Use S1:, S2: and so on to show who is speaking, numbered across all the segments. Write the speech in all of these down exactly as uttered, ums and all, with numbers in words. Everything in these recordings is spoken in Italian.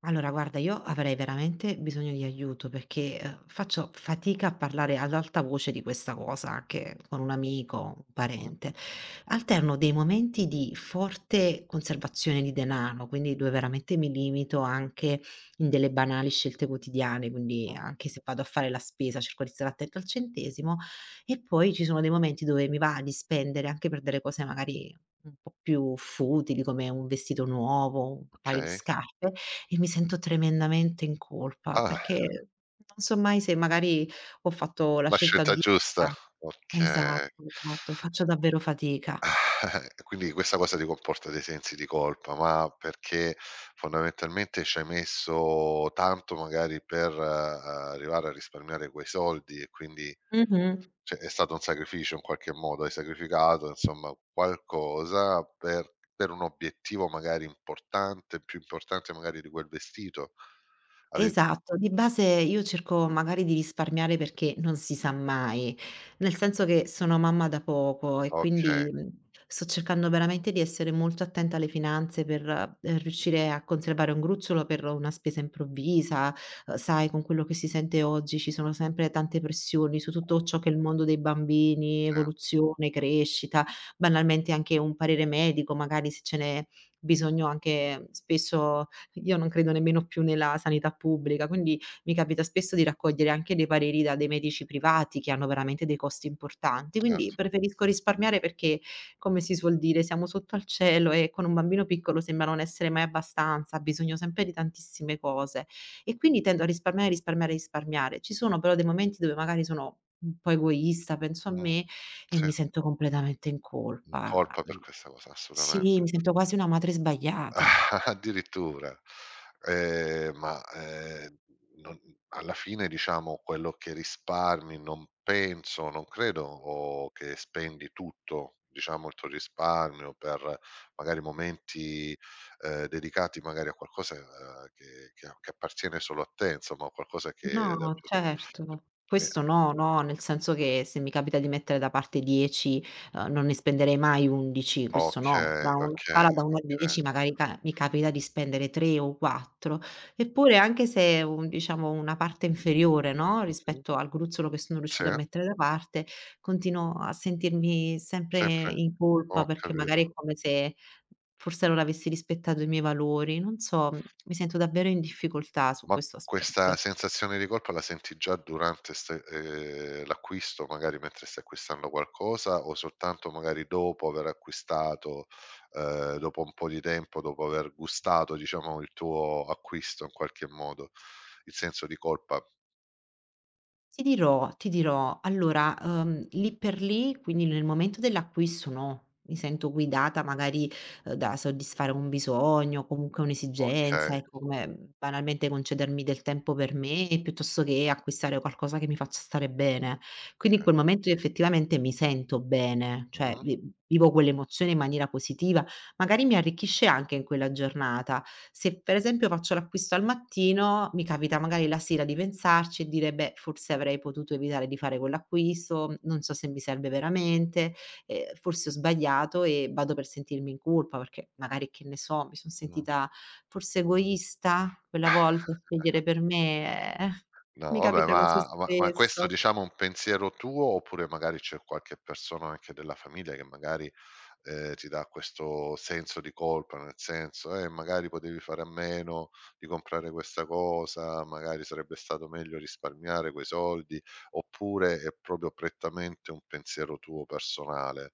S1: Allora guarda, io avrei veramente bisogno di aiuto perché, ehm, faccio fatica a parlare ad alta voce di questa cosa anche con un amico, un
S2: Mh,
S1: parente. Alterno dei momenti di forte conservazione di denaro, quindi dove veramente mi limito anche in delle banali scelte quotidiane, quindi
S2: mh-mh,
S1: anche se vado a fare la spesa cerco di stare attenta al centesimo, e poi ci sono dei momenti dove mi va di spendere anche per delle cose magari un po' più futili, come un vestito nuovo, un paio di
S2: okay.
S1: scarpe, e mi sento tremendamente in colpa,
S2: Ah,
S1: perché non so mai se magari ho fatto la
S2: la
S1: scelta
S2: scelta
S1: di.
S2: giusta, okay.
S1: Esatto, esatto, faccio davvero fatica.
S2: Ah, Quindi questa cosa ti comporta dei sensi di colpa, ma perché fondamentalmente ci hai messo tanto magari per, uhm, arrivare a risparmiare quei soldi e quindi
S1: Mh-mh.
S2: cioè è stato un sacrificio in qualche modo, hai sacrificato insomma qualcosa per per un obiettivo magari importante, più importante magari di quel vestito. Ave
S1: Esatto, di base io cerco magari di risparmiare perché non si sa mai, nel senso che sono mamma da poco e
S2: Okay,
S1: quindi, mhmm, sto cercando veramente di essere molto attenta alle finanze per, ehm, riuscire a conservare un gruzzolo per una spesa improvvisa. Uhm, sai, con quello che si sente oggi ci sono sempre tante pressioni su tutto ciò che è il mondo dei bambini,
S2: sì,
S1: evoluzione, crescita, banalmente anche un parere medico, magari se ce n'è bisogno anche spesso. Io non credo nemmeno più nella sanità pubblica, quindi mi capita spesso di raccogliere anche dei pareri da dei medici privati che hanno veramente dei costi importanti, quindi
S2: certo.
S1: preferisco risparmiare perché, come si suol dire, siamo sotto al cielo, e con un bambino piccolo sembra non essere mai abbastanza, ha bisogno sempre di tantissime cose e quindi tendo a risparmiare, risparmiare, risparmiare. Ci sono però dei momenti dove magari sono un po' egoista, penso a
S2: Mh,
S1: me e
S2: sì.
S1: mi sento completamente in
S2: In
S1: colpa.
S2: colpa per questa cosa,
S1: Sì, mi
S2: assolutamente.
S1: sento quasi una madre sbagliata.
S2: Addirittura. Ehm, ma, ehm, non Alla fine diciamo quello che risparmi non penso, non credo o che spendi tutto, diciamo il tuo risparmio per magari momenti, ehm, dedicati magari a qualcosa, ehm, che che che appartiene solo a te, insomma, qualcosa che dà
S1: No,
S2: piacere
S1: certo.
S2: eh,
S1: Questo no, no, nel senso che se mi capita di mettere da parte dieci, uhm, non ne spenderei mai undici, questo no.
S2: okay,
S1: Da un
S2: okay,
S1: scala da uno a
S2: okay.
S1: dieci magari ca mi capita di spendere tre o quattro, eppure anche se un diciamo una parte inferiore, no,
S2: Mh-mh.
S1: rispetto al gruzzolo che sono
S2: Sì,
S1: riuscita a mettere da parte, continuo a sentirmi sempre
S2: sì, sì,
S1: in colpa
S2: ho
S1: perché magari è
S2: capito.
S1: come se forse non avessi rispettato i miei valori. Non so, mi sento davvero in difficoltà su
S2: Ma
S1: questo aspetto.
S2: questa sensazione di colpa la senti già durante ste ehm, l'acquisto, magari mentre stai acquistando qualcosa o soltanto magari dopo aver acquistato, ehm, dopo un po' di tempo, dopo aver gustato diciamo il tuo acquisto in qualche modo? Il senso di colpa.
S1: Ti dirò, ti dirò, allora, uhm, lì per lì, quindi nel momento dell'acquisto no, mi sento guidata magari, uhm, da soddisfare un bisogno, comunque un'esigenza,
S2: Okay,
S1: ecco, come banalmente concedermi del tempo per me, piuttosto che acquistare qualcosa che mi faccia stare bene. Quindi in
S2: okay.
S1: quel momento io effettivamente mi sento bene, cioè
S2: Mh-mh,
S1: vi vivo quell'emozione in maniera positiva, magari mi arricchisce anche in quella giornata. Se per esempio faccio l'acquisto al mattino, mi capita magari la sera di pensarci e dire: "Beh, forse avrei potuto evitare di fare quell'acquisto, non so se mi serve veramente, ehm, forse ho sbagliato", e vado per sentirmi in colpa perché magari, che ne so, mi son
S2: mh.
S1: sentita forse egoista quella volta a scegliere per me, eh,
S2: No,
S1: mi
S2: vabbè,
S1: capita così
S2: ma ma ma questo
S1: spesso.
S2: diciamo è un pensiero tuo, oppure magari c'è qualche persona anche della famiglia che magari, ehm, ti dà questo senso di colpa, nel senso: "Eh, magari potevi fare a meno di comprare questa cosa, magari sarebbe stato meglio risparmiare quei soldi", oppure è proprio prettamente un pensiero tuo personale?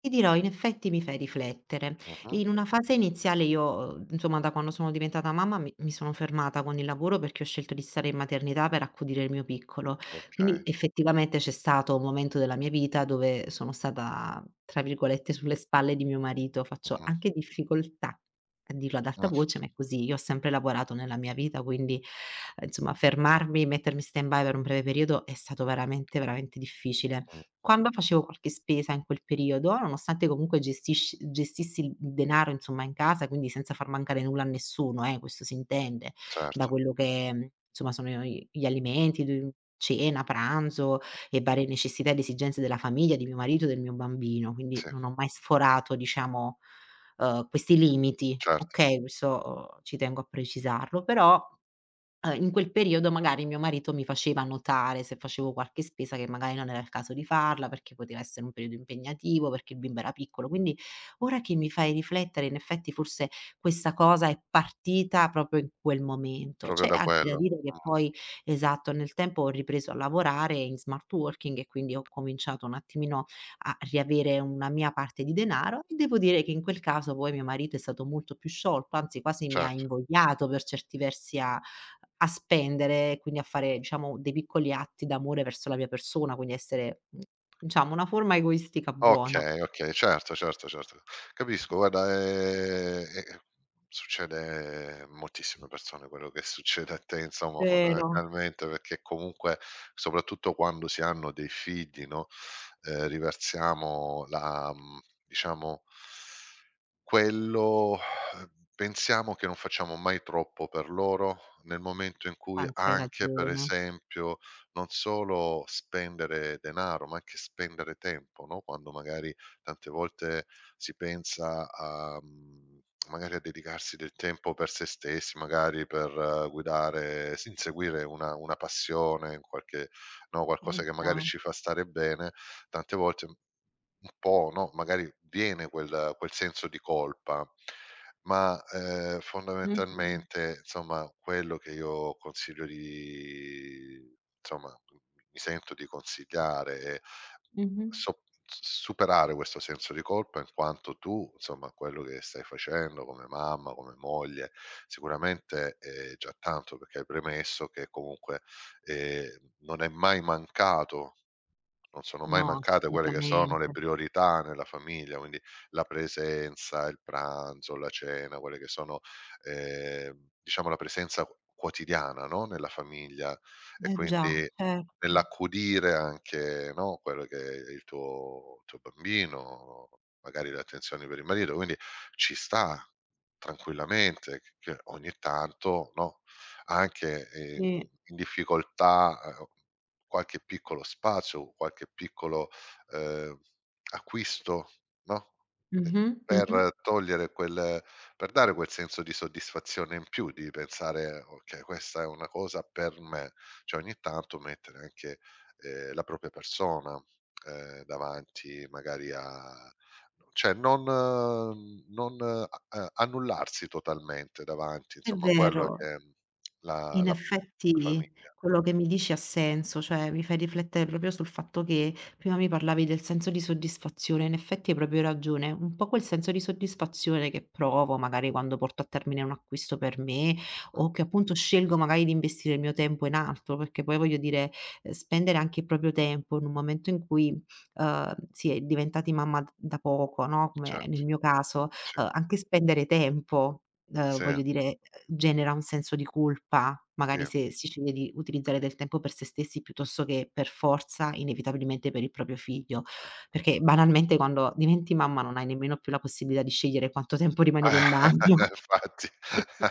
S1: Ti dirò, in effetti mi fai riflettere.
S2: Mh-mh,
S1: In una fase iniziale io, uhm, insomma da quando sono diventata mamma mi mi sono fermata con il lavoro perché ho scelto di stare in maternità per accudire il mio piccolo.
S2: okay,
S1: Quindi effettivamente c'è stato un momento della mia vita dove sono stata, tra virgolette, "sulle spalle" di mio marito. Faccio
S2: mh-mh,
S1: anche difficoltà a dirlo ad alta
S2: mh,
S1: voce, ma è così. Io ho sempre lavorato nella mia vita, quindi, ehm, insomma fermarmi, mettermi in stand by per un breve periodo è stato veramente, veramente difficile.
S2: mh,
S1: Quando facevo qualche spesa in quel periodo, nonostante comunque gestisci gestissi il il denaro insomma in casa, quindi senza far mancare nulla a nessuno, eh, questo si intende, da
S2: certo,
S1: quello che, mhmm, insomma sono i gli alimenti, d cena, pranzo e varie necessità ed esigenze della famiglia, di mio marito e del mio bambino, quindi
S2: sì,
S1: non ho mai sforato, diciamo, uhm, questi limiti,
S2: certo,
S1: okay, questo eh, ci tengo a precisarlo, però Uhm, in quel periodo magari mio marito mi faceva notare se facevo qualche spesa che magari non era il caso di farla, perché poteva essere un periodo impegnativo, perché il bimbo era piccolo. Quindi ora che mi fai riflettere, in effetti forse questa cosa è partita proprio in quel momento.
S2: proprio
S1: C'è
S2: da
S1: anche da
S2: quello,
S1: dire che poi esatto, nel tempo ho ripreso a lavorare in smart working e quindi ho cominciato un attimino a riavere una mia parte di denaro, e devo dire che in quel caso poi mio marito è stato molto più sciolto, anzi quasi mi ha
S2: certo.
S1: invogliato per certi versi a a spendere, quindi a fare, diciamo, dei piccoli atti d'amore verso la mia persona, quindi essere, mhmm, diciamo, una forma egoistica buona.
S2: Okay, okay, certo, certo, certo. Capisco, guarda, ehm, e e succede a moltissime persone quello che succede a te insomma
S1: Vero,
S2: fondamentalmente, perché comunque, soprattutto quando si hanno dei figli, no, ehm, riversiamo la mhmm, diciamo quello eh, pensiamo che non facciamo mai troppo per loro, nel momento in cui
S1: tanto hai
S2: anche per
S1: ragione.
S2: esempio, non solo spendere denaro, ma anche spendere tempo, no, quando magari tante volte si pensa a mhmm, magari a dedicarsi del tempo per se stessi, magari per eh, guidare s inseguire una una passione, qualche no, qualcosa
S1: Eh
S2: che magari
S1: già.
S2: ci fa stare bene, tante volte un po', no, magari viene quel quel senso di colpa, ma, ehm,
S1: Mh-mh.
S2: fondamentalmente, insomma, quello che io consiglio di insomma, mhmm, mi sento di consigliare è
S1: Mh-mh.
S2: so s superare questo senso di colpa in quanto tu, insomma, quello che stai facendo come mamma, come moglie, sicuramente è già tanto perché hai premesso che comunque, ehm, non è mai mancato non sono
S1: No,
S2: mai mancate quelle che sono le
S1: assolutamente.
S2: priorità nella famiglia, quindi la presenza, il pranzo, la cena, quelle che sono, ehm, diciamo la presenza qu quotidiana, no, nella famiglia e
S1: Eh già,
S2: quindi
S1: certo.
S2: nell'accudire anche, no, quello che è il tuo tuo bambino, magari le attenzioni per il marito, quindi ci sta tranquillamente che che ogni tanto, no, anche,
S1: Sì.
S2: ehm, in difficoltà, ehm qualche piccolo spazio, qualche piccolo, ehm, acquisto, no, ehm,
S1: Mh-mh, mh-mh.
S2: per togliere quel per dare quel senso di soddisfazione in più, di pensare: "Okay, questa è una cosa per me". Cioè ogni tanto mettere anche, ehm, la propria persona, ehm, davanti magari a cioè non eh, non a a annullarsi totalmente davanti,
S1: È
S2: insomma, a quello
S1: vero.
S2: che è la
S1: In
S2: la
S1: effetti
S2: famiglia.
S1: quello che mi dici ha senso, cioè mi fai riflettere proprio sul fatto che prima mi parlavi del senso di soddisfazione, in effetti hai proprio ragione, un po' quel senso di soddisfazione che provo magari quando porto a termine un acquisto per me
S2: Mh,
S1: o che appunto scelgo magari di investire il mio tempo in altro, perché poi voglio dire, ehm, spendere anche il proprio tempo in un momento in cui, uhm, si è diventati mamma d da poco, no, come nel
S2: certo,
S1: mio caso,
S2: sì.
S1: uhm, anche spendere tempo. Uhm,
S2: Sì,
S1: voglio dire, ehm, genera un senso di colpa,
S2: sì,
S1: magari se si sceglie di utilizzare del tempo per se stessi piuttosto che per forza, inevitabilmente per il proprio figlio.
S2: cioè
S1: Perché banalmente quando diventi mamma non hai nemmeno più la possibilità di scegliere quanto tempo rimanere in bagno.
S2: infatti
S1: E qui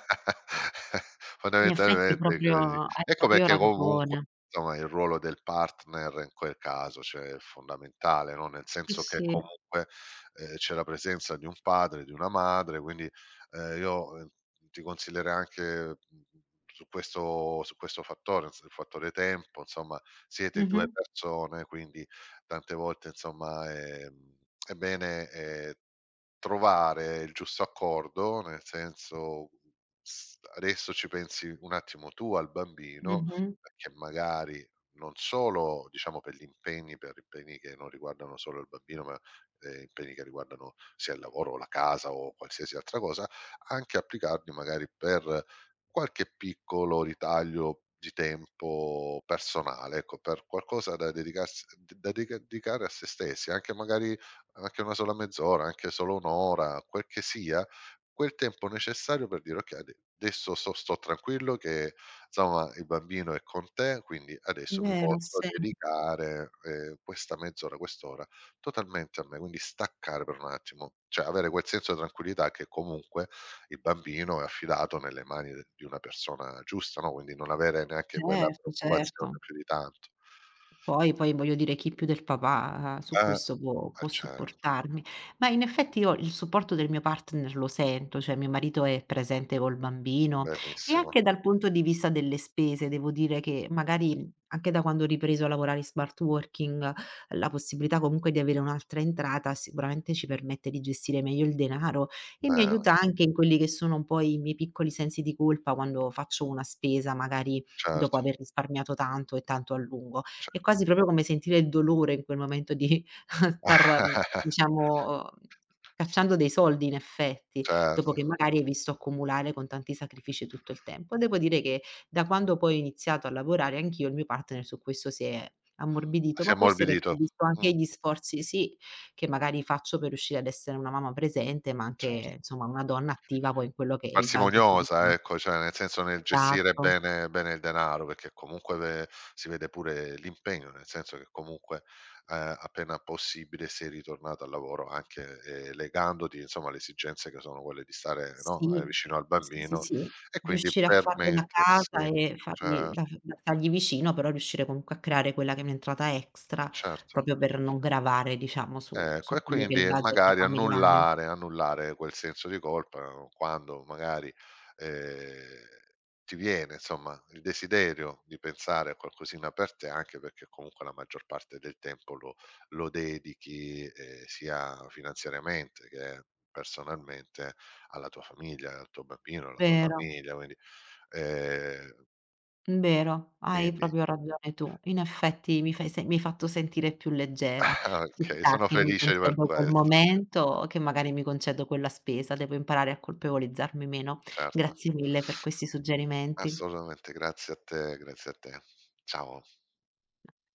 S1: in effetti
S2: fondamentalmente è così.
S1: proprio hai
S2: Ecco
S1: proprio
S2: perché comunque,
S1: ragione.
S2: insomma, il ruolo del partner in quel caso, cioè, è fondamentale, no, nel
S1: Sì,
S2: senso che
S1: sì.
S2: comunque, ehm, c'è la presenza di un padre, di una madre, quindi, ehm, io, ehm, ti consiglierei anche, mhmm, su questo su questo fattore, ins il fattore tempo, insomma, siete
S1: Mh-mh,
S2: due persone, quindi tante volte, insomma, ehm, è bene, ehm trovare il giusto accordo, nel senso s adesso ci pensi un attimo tu al bambino,
S1: mh-mh.
S2: perché magari non solo diciamo per gli impegni per impegni che non riguardano solo il bambino, ma, ehm, impegni che riguardano sia il lavoro o la casa o qualsiasi altra cosa, anche applicarli magari per qualche piccolo ritaglio di tempo personale, ecco, per qualcosa da dedicarsi da dedica dedicare a se stessi, anche magari anche una sola mezz'ora, anche solo un' ora, quel che sia, quel tempo necessario per dire: "Okay, ade adesso so sto tranquillo che insomma il bambino è con te, quindi adesso mi
S1: Vero, ha
S2: posso
S1: sen
S2: dedicare, ehm, questa mezz'ora, quest'ora totalmente a me", quindi staccare per un attimo, cioè avere quel senso di tranquillità che comunque il bambino è affidato nelle mani de di una persona giusta, no, quindi non avere neanche quella
S1: certo, certo.
S2: preoccupazione più di tanto.
S1: Poi poi voglio dire chi più del papà su
S2: Eh,
S1: questo può
S2: eh
S1: può
S2: certo,
S1: supportarmi. Ma in effetti io il supporto del mio partner lo sento, cioè mio marito è presente col bambino, e
S2: benissimo,
S1: anche dal punto di vista delle spese devo dire che magari, anche da quando ho ripreso a lavorare in smart working, la possibilità comunque di avere un'altra entrata sicuramente ci permette di gestire meglio il denaro e mi
S2: bene.
S1: aiuta anche in quelli che sono un po' i miei piccoli sensi di colpa quando faccio una spesa magari dopo
S2: Certo.
S1: aver risparmiato tanto e tanto a lungo. È quasi proprio come sentire il dolore in quel momento di, star, mhmm, diciamo, uhm, cacciando dei soldi in effetti, dopo
S2: Certo.
S1: che magari hai visto accumulare con tanti sacrifici tutto il tempo. Devo dire che da quando poi ho iniziato a lavorare anch'io, il mio partner su questo si è ammorbidito,
S2: Si
S1: ma
S2: è
S1: forse perché ha
S2: ammorbidito.
S1: visto anche
S2: Mh-mh,
S1: gli sforzi, sì, che magari faccio per riuscire ad essere una mamma presente, ma anche
S2: certo.
S1: insomma una donna attiva poi in quello che è il budget di
S2: Parsimoniosa,
S1: casa.
S2: ecco, cioè nel senso nel gestire
S1: Esatto.
S2: bene bene il denaro, perché comunque ve si vede pure l'impegno, nel senso che comunque, ehm, appena possibile sei ritornata al lavoro anche, ehm, legandoti insomma alle esigenze che sono quelle di stare, no, ehm,
S1: Sì,
S2: vicino al
S1: sì, sì,
S2: bambino
S1: sì.
S2: e quindi
S1: Riuscire a farlo da casa
S2: permettersi
S1: e fargli
S2: certo,
S1: da f da stargli vicino, però riuscire comunque a creare quella che è un'entrata extra,
S2: certo.
S1: proprio per non gravare, diciamo, su
S2: Ecco,
S1: su
S2: e
S1: quello che è il
S2: quindi
S1: budget
S2: magari
S1: familiare.
S2: annullare annullare quel senso di colpa quando magari, ehm, ti viene insomma il desiderio di pensare a qualcosina per te, anche perché comunque la maggior parte del tempo lo lo dedichi, ehm, sia finanziariamente che personalmente alla tua famiglia, al tuo bambino, alla tua
S1: Vero,
S2: famiglia, quindi ehm,
S1: vero, hai
S2: quindi
S1: proprio ragione tu. In effetti mi fai se mi hai fatto sentire più leggera.
S2: ah,
S1: Ci
S2: okay,
S1: sta
S2: sono
S1: che mi
S2: felice per
S1: concedo quel
S2: questo.
S1: momento, che magari mi concedo quella spesa, devo imparare a colpevolizzarmi meno.
S2: Certo.
S1: Grazie mille per questi suggerimenti.
S2: Assolutamente, grazie a te, grazie a te. Ciao.